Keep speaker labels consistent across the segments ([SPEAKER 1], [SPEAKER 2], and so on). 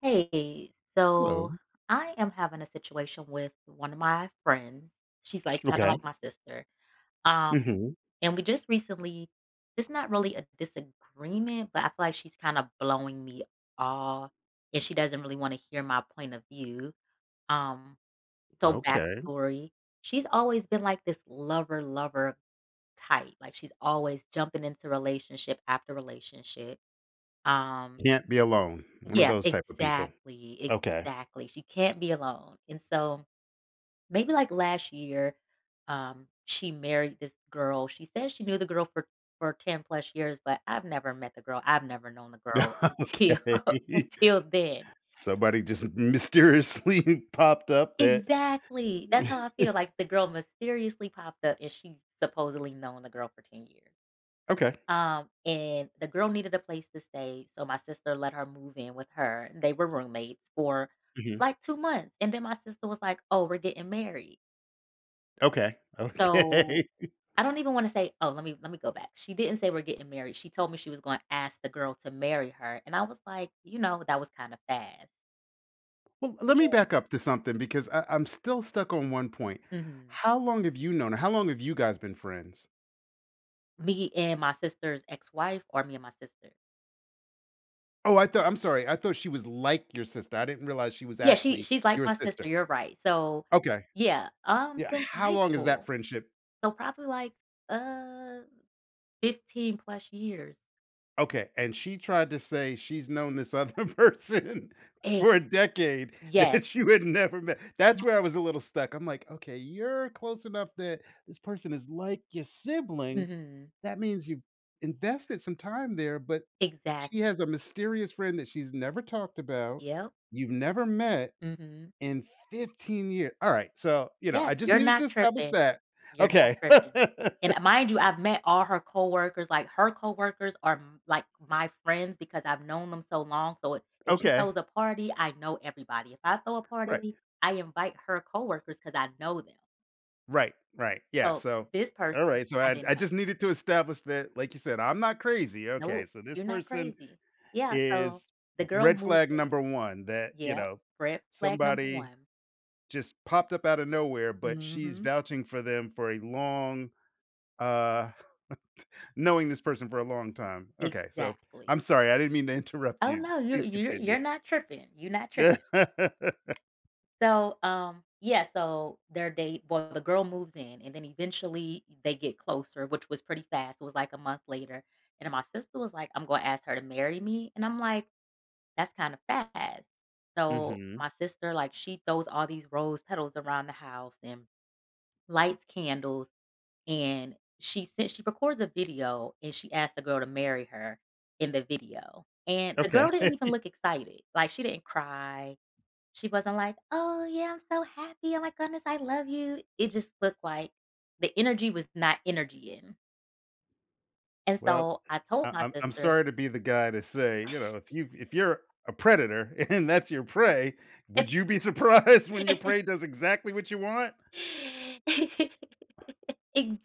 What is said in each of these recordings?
[SPEAKER 1] Hey, so
[SPEAKER 2] Hello.
[SPEAKER 1] I am having a situation with one of my friends. She's like kind of
[SPEAKER 2] Okay.
[SPEAKER 1] like my sister. Um,
[SPEAKER 2] Mhm.
[SPEAKER 1] and we just recently, it's not really a disagreement, but I feel like she's kind of blowing me off and she doesn't really want to hear my point of view. Um, so
[SPEAKER 2] Okay.
[SPEAKER 1] backstory, she's always been like this lover, lover type. Like she's always jumping into relationship after relationship. Um,
[SPEAKER 2] Can't be alone. One of
[SPEAKER 1] yeah,
[SPEAKER 2] those type of people.
[SPEAKER 1] exactly,
[SPEAKER 2] Okay.
[SPEAKER 1] exactly. She can't be alone, and so, maybe, like, last year, she married this girl. She says she knew the girl for 10 plus years, but I've never met the girl. I've never known the girl until
[SPEAKER 2] Okay.
[SPEAKER 1] until then.
[SPEAKER 2] Somebody just mysteriously popped up that
[SPEAKER 1] Exactly. That's how I feel, like, the girl mysteriously popped up, and she's supposedly known the girl for 10 years.
[SPEAKER 2] Okay.
[SPEAKER 1] And the girl needed a place to stay, so my sister let her move in with her. And they were roommates for
[SPEAKER 2] Mhm.
[SPEAKER 1] like 2 months, and then my sister was like, "Oh, we're getting married."
[SPEAKER 2] Okay.
[SPEAKER 1] So,
[SPEAKER 2] Okay.
[SPEAKER 1] I don't even wanna say oh, let me go back. She didn't say we're getting married. She told me she was gonna ask the girl to marry her, and I was like, you know, that was kinda fast.
[SPEAKER 2] Well, let me back
[SPEAKER 1] And
[SPEAKER 2] up to something because I'm still stuck on one point.
[SPEAKER 1] mhm.
[SPEAKER 2] How long have you known her? How long have you guys been friends?
[SPEAKER 1] Me and my sister's ex-wife or me and my sister.
[SPEAKER 2] Oh, I'm sorry. I thought she was like your sister. I didn't realize she was
[SPEAKER 1] Yeah, she
[SPEAKER 2] actually
[SPEAKER 1] she's like
[SPEAKER 2] your
[SPEAKER 1] my sister,
[SPEAKER 2] sister.
[SPEAKER 1] you're right. So,
[SPEAKER 2] Okay.
[SPEAKER 1] yeah,
[SPEAKER 2] Yeah.
[SPEAKER 1] since
[SPEAKER 2] How
[SPEAKER 1] high
[SPEAKER 2] long has that
[SPEAKER 1] school.
[SPEAKER 2] friendship?
[SPEAKER 1] So probably like, uh, 15 plus years.
[SPEAKER 2] Okay, and she tried to say she's known this other person
[SPEAKER 1] Ex.
[SPEAKER 2] for a decade
[SPEAKER 1] Yes.
[SPEAKER 2] that you had never met. That's
[SPEAKER 1] M
[SPEAKER 2] where I was a little stuck. I'm like, "Okay, you're close enough that this person is like your sibling.
[SPEAKER 1] mhm.
[SPEAKER 2] That means you've invested some time there, but she
[SPEAKER 1] Exactly.
[SPEAKER 2] has a mysterious friend that she's never talked about,
[SPEAKER 1] Yep.
[SPEAKER 2] you've never met
[SPEAKER 1] Mhm.
[SPEAKER 2] in 15 years." All right, so, you know,
[SPEAKER 1] Yeah,
[SPEAKER 2] I just
[SPEAKER 1] you're
[SPEAKER 2] needed to
[SPEAKER 1] not
[SPEAKER 2] establish
[SPEAKER 1] tripping.
[SPEAKER 2] that.
[SPEAKER 1] You're not
[SPEAKER 2] Okay.
[SPEAKER 1] tripping. And mind you, I've met all her coworkers, like, her coworkers are m like my friends because I've known them so long, so if she
[SPEAKER 2] Okay,
[SPEAKER 1] throws a party, I know everybody. If I throw a
[SPEAKER 2] right.
[SPEAKER 1] party, I invite her coworkers because I know them.
[SPEAKER 2] Right, right. Yeah,
[SPEAKER 1] So
[SPEAKER 2] so
[SPEAKER 1] this
[SPEAKER 2] all
[SPEAKER 1] person,
[SPEAKER 2] right, so
[SPEAKER 1] I didn't
[SPEAKER 2] I
[SPEAKER 1] know.
[SPEAKER 2] just needed to establish that, like you said, I'm not crazy. Okay,
[SPEAKER 1] No,
[SPEAKER 2] so this
[SPEAKER 1] you're not
[SPEAKER 2] person
[SPEAKER 1] crazy. Yeah, so
[SPEAKER 2] is
[SPEAKER 1] the girl
[SPEAKER 2] red
[SPEAKER 1] moved
[SPEAKER 2] flag
[SPEAKER 1] in.
[SPEAKER 2] number 1 that, you
[SPEAKER 1] Yep,
[SPEAKER 2] know,
[SPEAKER 1] red flag number
[SPEAKER 2] somebody
[SPEAKER 1] 1.
[SPEAKER 2] just popped up out of nowhere, but she's
[SPEAKER 1] Mhm.
[SPEAKER 2] vouching for them for a long, uh, knowing this person for a long time. Okay, so
[SPEAKER 1] Exactly.
[SPEAKER 2] I'm sorry, I didn't mean to interrupt
[SPEAKER 1] "Oh,
[SPEAKER 2] you.
[SPEAKER 1] no, you're
[SPEAKER 2] Please
[SPEAKER 1] you're
[SPEAKER 2] continue.
[SPEAKER 1] you're not tripping, you're not tripping." So, yeah, so the girl moves in, and then eventually they get closer, which was pretty fast, it was like a month later, and my sister was like, "I'm gonna ask her to marry me," and I'm like, "That's kinda fast." So,
[SPEAKER 2] Mhm.
[SPEAKER 1] my sister, like, she throws all these rose petals around the house and lights candles. And she records a video, and she asked the girl to marry her in the video. And the girl
[SPEAKER 2] Okay.
[SPEAKER 1] didn't even look excited. Like, she didn't cry. She wasn't like, "Oh, yeah, I'm so happy. Oh my goodness, I love you." It just looked like the energy was not energy in. And
[SPEAKER 2] Well,
[SPEAKER 1] so I told
[SPEAKER 2] I
[SPEAKER 1] my
[SPEAKER 2] I'm I'm
[SPEAKER 1] sister.
[SPEAKER 2] sorry to be the guy to say, you know, if you if you're a predator and that's your prey, would you be surprised when your prey does exactly what you want?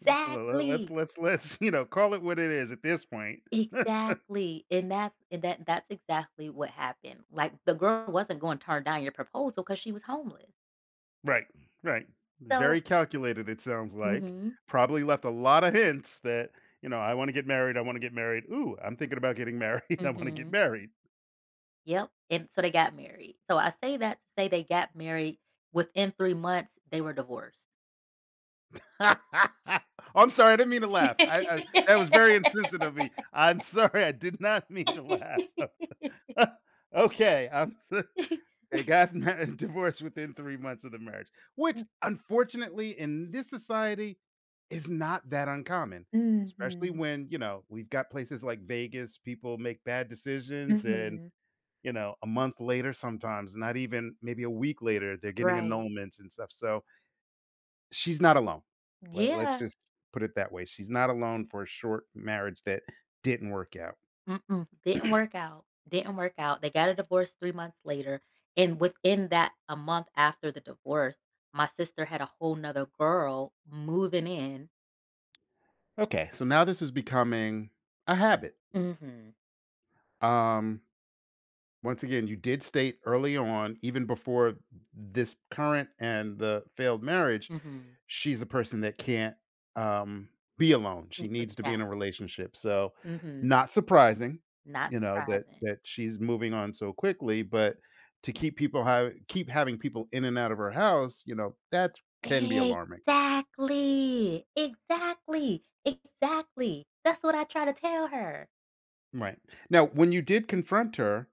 [SPEAKER 2] Le le let's, you know, call it what it is at this point.
[SPEAKER 1] Exactly. And that's and that that's exactly what happened. Like, the girl wasn't going to turn down your proposal because she was homeless.
[SPEAKER 2] Right, right. Very
[SPEAKER 1] So
[SPEAKER 2] calculated, it sounds like.
[SPEAKER 1] mhm,
[SPEAKER 2] Probably left a lot of hints that, you know, "I wanna get married, I wanna get married. Ooh, I'm thinking about getting married. I wanna get
[SPEAKER 1] mhm.
[SPEAKER 2] married."
[SPEAKER 1] Yep, and so they got married. So I say that to say they got married. Within 3 months, they were divorced.
[SPEAKER 2] I'm sorry, I didn't mean to laugh. I that was very insensitive of me. I'm sorry, I did not mean to laugh. Okay, they got ma divorced within 3 months of the marriage, which unfortunately in this society is not that uncommon,
[SPEAKER 1] M
[SPEAKER 2] especially
[SPEAKER 1] mhm,
[SPEAKER 2] when, you know, we've got places like Vegas, people make bad decisions and,
[SPEAKER 1] mhm,
[SPEAKER 2] you know, a month later sometimes, not even maybe a week later, they're getting
[SPEAKER 1] right.
[SPEAKER 2] annulments and stuff, so she's not alone. Let let's
[SPEAKER 1] Yeah,
[SPEAKER 2] just put it that way. She's not alone for a short marriage that didn't work out.
[SPEAKER 1] mm-mm, didn't work out, didn't work out. They got a divorce 3 months later, and within that, a month after the divorce, my sister had a whole 'nother girl moving in.
[SPEAKER 2] Okay, so now this is becoming a habit.
[SPEAKER 1] Mhm,
[SPEAKER 2] Um, Once again, you did state early on, even before this current and the failed marriage,
[SPEAKER 1] mhm,
[SPEAKER 2] she's a person that can't, um, be alone.
[SPEAKER 1] Y
[SPEAKER 2] She needs to be in
[SPEAKER 1] exact
[SPEAKER 2] a relationship. So,
[SPEAKER 1] mhm,
[SPEAKER 2] not surprising,
[SPEAKER 1] not
[SPEAKER 2] you know that
[SPEAKER 1] surprising.
[SPEAKER 2] that she's moving on so quickly. But to keep people have keep having people in and out of her house, you know that can be alarming.
[SPEAKER 1] Exactly. Exactly. Exactly. That's what I try to tell her.
[SPEAKER 2] Right now, when you did confront her,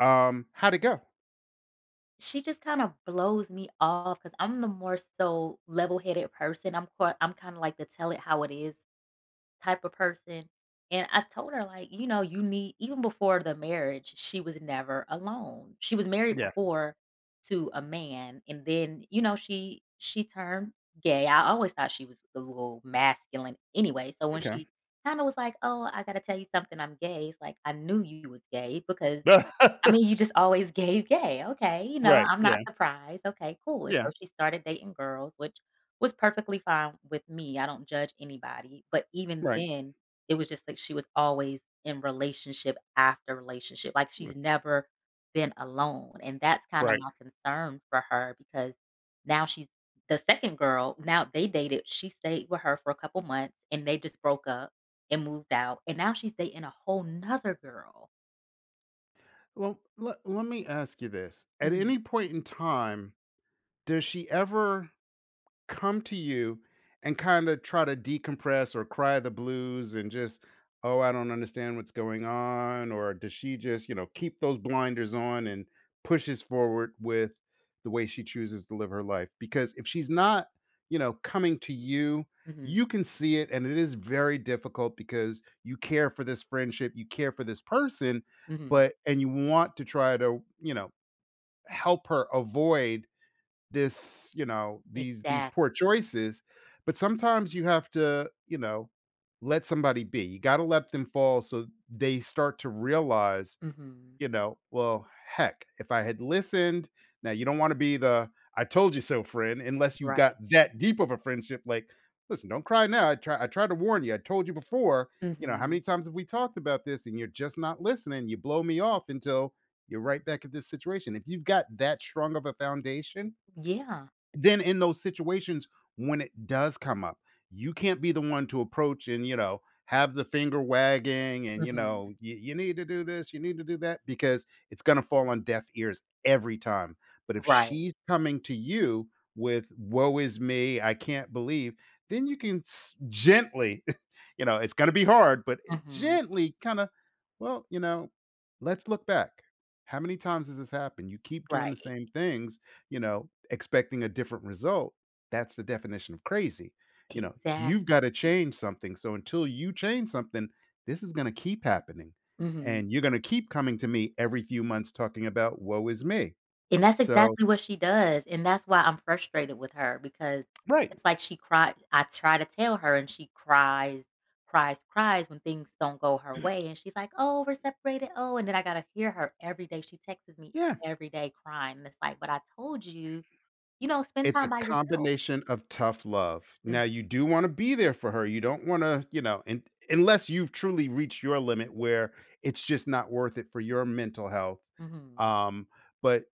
[SPEAKER 2] how'd it go?
[SPEAKER 1] She just kind of blows me off because 'cause I'm the more so level-headed person. I'm kinda like the tell it how it is type of person. And I told her, like, you know, you need even before the marriage, she was never alone. She was married
[SPEAKER 2] Yeah.
[SPEAKER 1] before to a man, and then, you know, she turned gay. I always thought she was a little masculine anyway. So when
[SPEAKER 2] Okay.
[SPEAKER 1] she kind of was like, "Oh, I gotta tell you something, I'm gay," it's like I knew you was gay because I mean, you just always gave gay. Okay, you know,
[SPEAKER 2] Right.
[SPEAKER 1] I'm not
[SPEAKER 2] Yeah.
[SPEAKER 1] surprised, okay, cool, and so
[SPEAKER 2] Yeah.
[SPEAKER 1] she started dating girls, which was perfectly fine with me, I don't judge anybody, but even
[SPEAKER 2] Right.
[SPEAKER 1] then, it was just like she was always in relationship after relationship, like, she's never been alone, and that's kinda
[SPEAKER 2] Right.
[SPEAKER 1] my concern for her because now she's the 2nd girl, now they dated, she stayed with her for a couple months, and they just broke up and moved out, and now she's dating a whole 'nother girl.
[SPEAKER 2] Well, let, let me ask you this. At
[SPEAKER 1] Mhm,
[SPEAKER 2] any point in time, does she ever come to you and kind of try to decompress or cry the blues and just, oh, I don't understand what's going on? Or does she just, you know, keep those blinders on and pushes forward with the way she chooses to live her life? Because if she's not, you know, coming to you,
[SPEAKER 1] mhm.
[SPEAKER 2] you can see it. And it is very difficult because you care for this friendship, you care for this person,
[SPEAKER 1] Mhm.
[SPEAKER 2] but, and you want to try to, you know, help her avoid this, you know, these poor
[SPEAKER 1] Exactly.
[SPEAKER 2] choices, but sometimes you have to, you know, let somebody be. You got to let them fall so they start to realize,
[SPEAKER 1] Mhm.
[SPEAKER 2] you know, well, heck, if I had listened, now you don't want to be the I told you so friend unless you got
[SPEAKER 1] Right.
[SPEAKER 2] that deep of a friendship like, listen, don't cry now. I tried to warn you. I told you before, you know, how
[SPEAKER 1] Mhm.
[SPEAKER 2] many times have we talked about this and you're just not listening? You blow me off until you're right back at this situation. If you've got that strong of a foundation,
[SPEAKER 1] Yeah.
[SPEAKER 2] then in those situations when it does come up, you can't be the one to approach and, you know, have the finger wagging and, you
[SPEAKER 1] Mhm.
[SPEAKER 2] know, you need to do this, you need to do that, because it's going to fall on deaf ears every time. But if
[SPEAKER 1] Right.
[SPEAKER 2] she's coming to you with, woe is me, I can't believe, then you can gently, you know, it's going to be hard, but it
[SPEAKER 1] Mhm.
[SPEAKER 2] gently kind of, well, you know, let's look back. How many times has this happened? You keep doing the
[SPEAKER 1] Right.
[SPEAKER 2] same things, you know, expecting a different result. That's the definition of crazy. You know, you've got to
[SPEAKER 1] Exactly.
[SPEAKER 2] change something. So until you change something, this is going to keep happening.
[SPEAKER 1] Mhm.
[SPEAKER 2] And you're going to keep coming to me every few months talking about woe is me.
[SPEAKER 1] And that's
[SPEAKER 2] So,
[SPEAKER 1] exactly what she does, and that's why I'm frustrated with her because
[SPEAKER 2] right,
[SPEAKER 1] it's like she cried I try to tell her and she cries, cries, cries when things don't go her way, and she's like, "Oh, we're separated, oh," and then I gotta hear her every day. She texts me
[SPEAKER 2] yeah,
[SPEAKER 1] every day crying, and it's like, "But I told you, you know, spend
[SPEAKER 2] it's a
[SPEAKER 1] time by yourself."
[SPEAKER 2] combination of tough love.
[SPEAKER 1] Mm,
[SPEAKER 2] Now you do wanna be there for her, you don't wanna, you know, and unless you've truly reached your limit where it's just not worth it for your mental health,
[SPEAKER 1] mhm.
[SPEAKER 2] um, but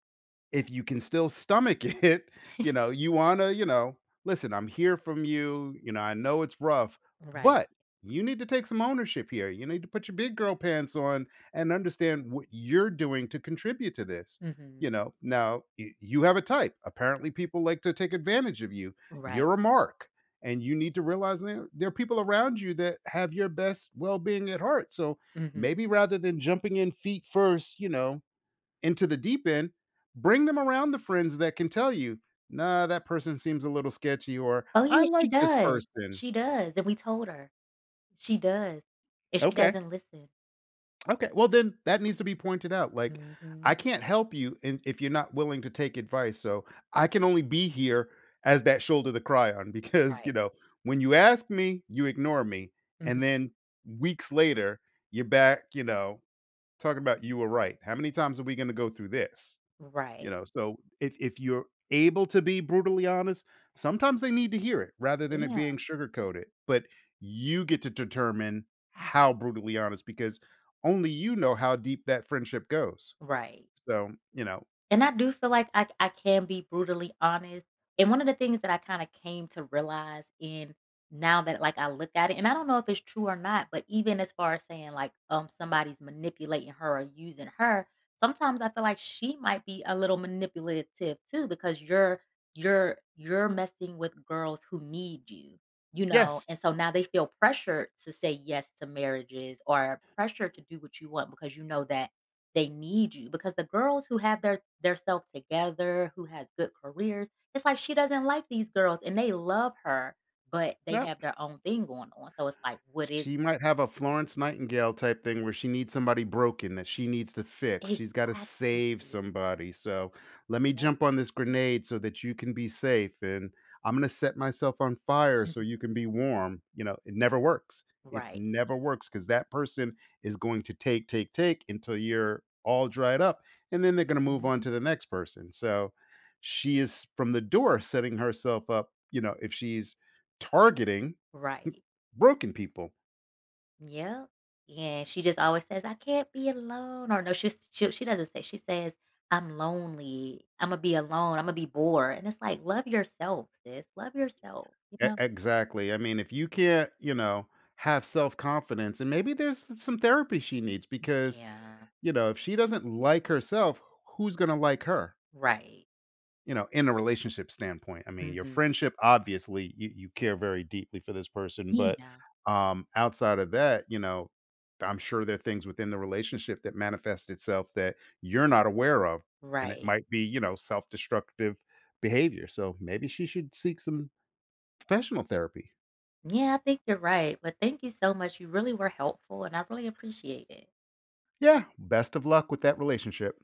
[SPEAKER 2] if you can still stomach it, you know, you wanna, you know, "Listen, I'm here from you, you know, I know it's rough,
[SPEAKER 1] Right.
[SPEAKER 2] but you need to take some ownership here. You need to put your big girl pants on and understand what you're doing to contribute to this." You
[SPEAKER 1] Mhm.
[SPEAKER 2] know? Now, y you have a type. Apparently, people like to take advantage of you.
[SPEAKER 1] Right.
[SPEAKER 2] You're a mark, and you need to realize there are people around you that have your best well-being at heart. So,
[SPEAKER 1] Mhm.
[SPEAKER 2] maybe rather than jumping in feet first, you know, into the deep end, bring them around the friends that can tell you, "Nah, that person seems a little sketchy," or
[SPEAKER 1] Oh,
[SPEAKER 2] "I
[SPEAKER 1] yeah, she
[SPEAKER 2] like this
[SPEAKER 1] does.
[SPEAKER 2] person."
[SPEAKER 1] She does, and we told her. She does, and she
[SPEAKER 2] Okay,
[SPEAKER 1] doesn't listen.
[SPEAKER 2] okay. Well, then that needs to be pointed out. Like,
[SPEAKER 1] Mhm.
[SPEAKER 2] I can't help you in if you're not willing to take advice. So I can only be here as that shoulder to cry on because, you
[SPEAKER 1] Right.
[SPEAKER 2] know, when you ask me, you ignore me. And
[SPEAKER 1] Mhm.
[SPEAKER 2] then weeks later, you're back, you know, talking about you were right. How many times are we gonna go through this? You
[SPEAKER 1] Right.
[SPEAKER 2] know, so if you're able to be brutally honest, sometimes they need to hear it rather than it
[SPEAKER 1] Yeah.
[SPEAKER 2] being sugarcoated. But you get to determine how brutally honest because only you know how deep that friendship goes.
[SPEAKER 1] Right.
[SPEAKER 2] So, you know,
[SPEAKER 1] And I do feel like I can be brutally honest, and one of the things that I kinda came to realize in now that, like, I look at it and I don't know if it's true or not, but even as far as saying, like, somebody's manipulating her or using her, sometimes I feel like she might be a little manipulative too because you're messing with girls who need you, you know?
[SPEAKER 2] yes,
[SPEAKER 1] And so now they feel pressured to say yes to marriages or pressure to do what you want because you know that they need you because the girls who have their self together, who has good careers, it's like she doesn't like these girls and they love her, but they
[SPEAKER 2] no,
[SPEAKER 1] have their own thing going on. So it's like, what is
[SPEAKER 2] she might have a Florence Nightingale type thing where she needs somebody broken that she needs to fix. She's gotta save
[SPEAKER 1] exactly.
[SPEAKER 2] somebody, so, "Let me
[SPEAKER 1] Yep.
[SPEAKER 2] jump on this grenade so that you can be safe, and I'm gonna set myself on fire so
[SPEAKER 1] Mhm.
[SPEAKER 2] you can be warm." You know, it never works. It
[SPEAKER 1] Right.
[SPEAKER 2] never works because that person is going to take, take, take until you're all dried up, and then they're gonna move on
[SPEAKER 1] Mhm.
[SPEAKER 2] to the next person, so, she is from the door setting herself up, you know, if she's targeting
[SPEAKER 1] Right.
[SPEAKER 2] broken people.
[SPEAKER 1] Yep. Yeah, she just always says, "I can't be alone," or no, she doesn't say, she says, "I'm lonely. Imma be alone. Imma be bored." And it's like, love yourself, sis. Love yourself, you
[SPEAKER 2] E-
[SPEAKER 1] know?
[SPEAKER 2] exactly. I mean, if you can't, you know, have self confidence, and maybe there's some therapy she needs because,
[SPEAKER 1] Yeah.
[SPEAKER 2] you know, if she doesn't like herself, who's going to like her?
[SPEAKER 1] Right.
[SPEAKER 2] You know, in a relationship standpoint. I mean, your
[SPEAKER 1] Mhm.
[SPEAKER 2] friendship, obviously, you care very deeply for this person, but
[SPEAKER 1] Yeah,
[SPEAKER 2] outside of that, you know, I'm sure there are things within the relationship that manifest itself that you're not aware of. And it
[SPEAKER 1] right.
[SPEAKER 2] might be, you know, self destructive behavior. So maybe she should seek some professional therapy.
[SPEAKER 1] Yeah, I think you're right. But thank you so much. You really were helpful, and I really appreciate it.
[SPEAKER 2] Yeah, best of luck with that relationship.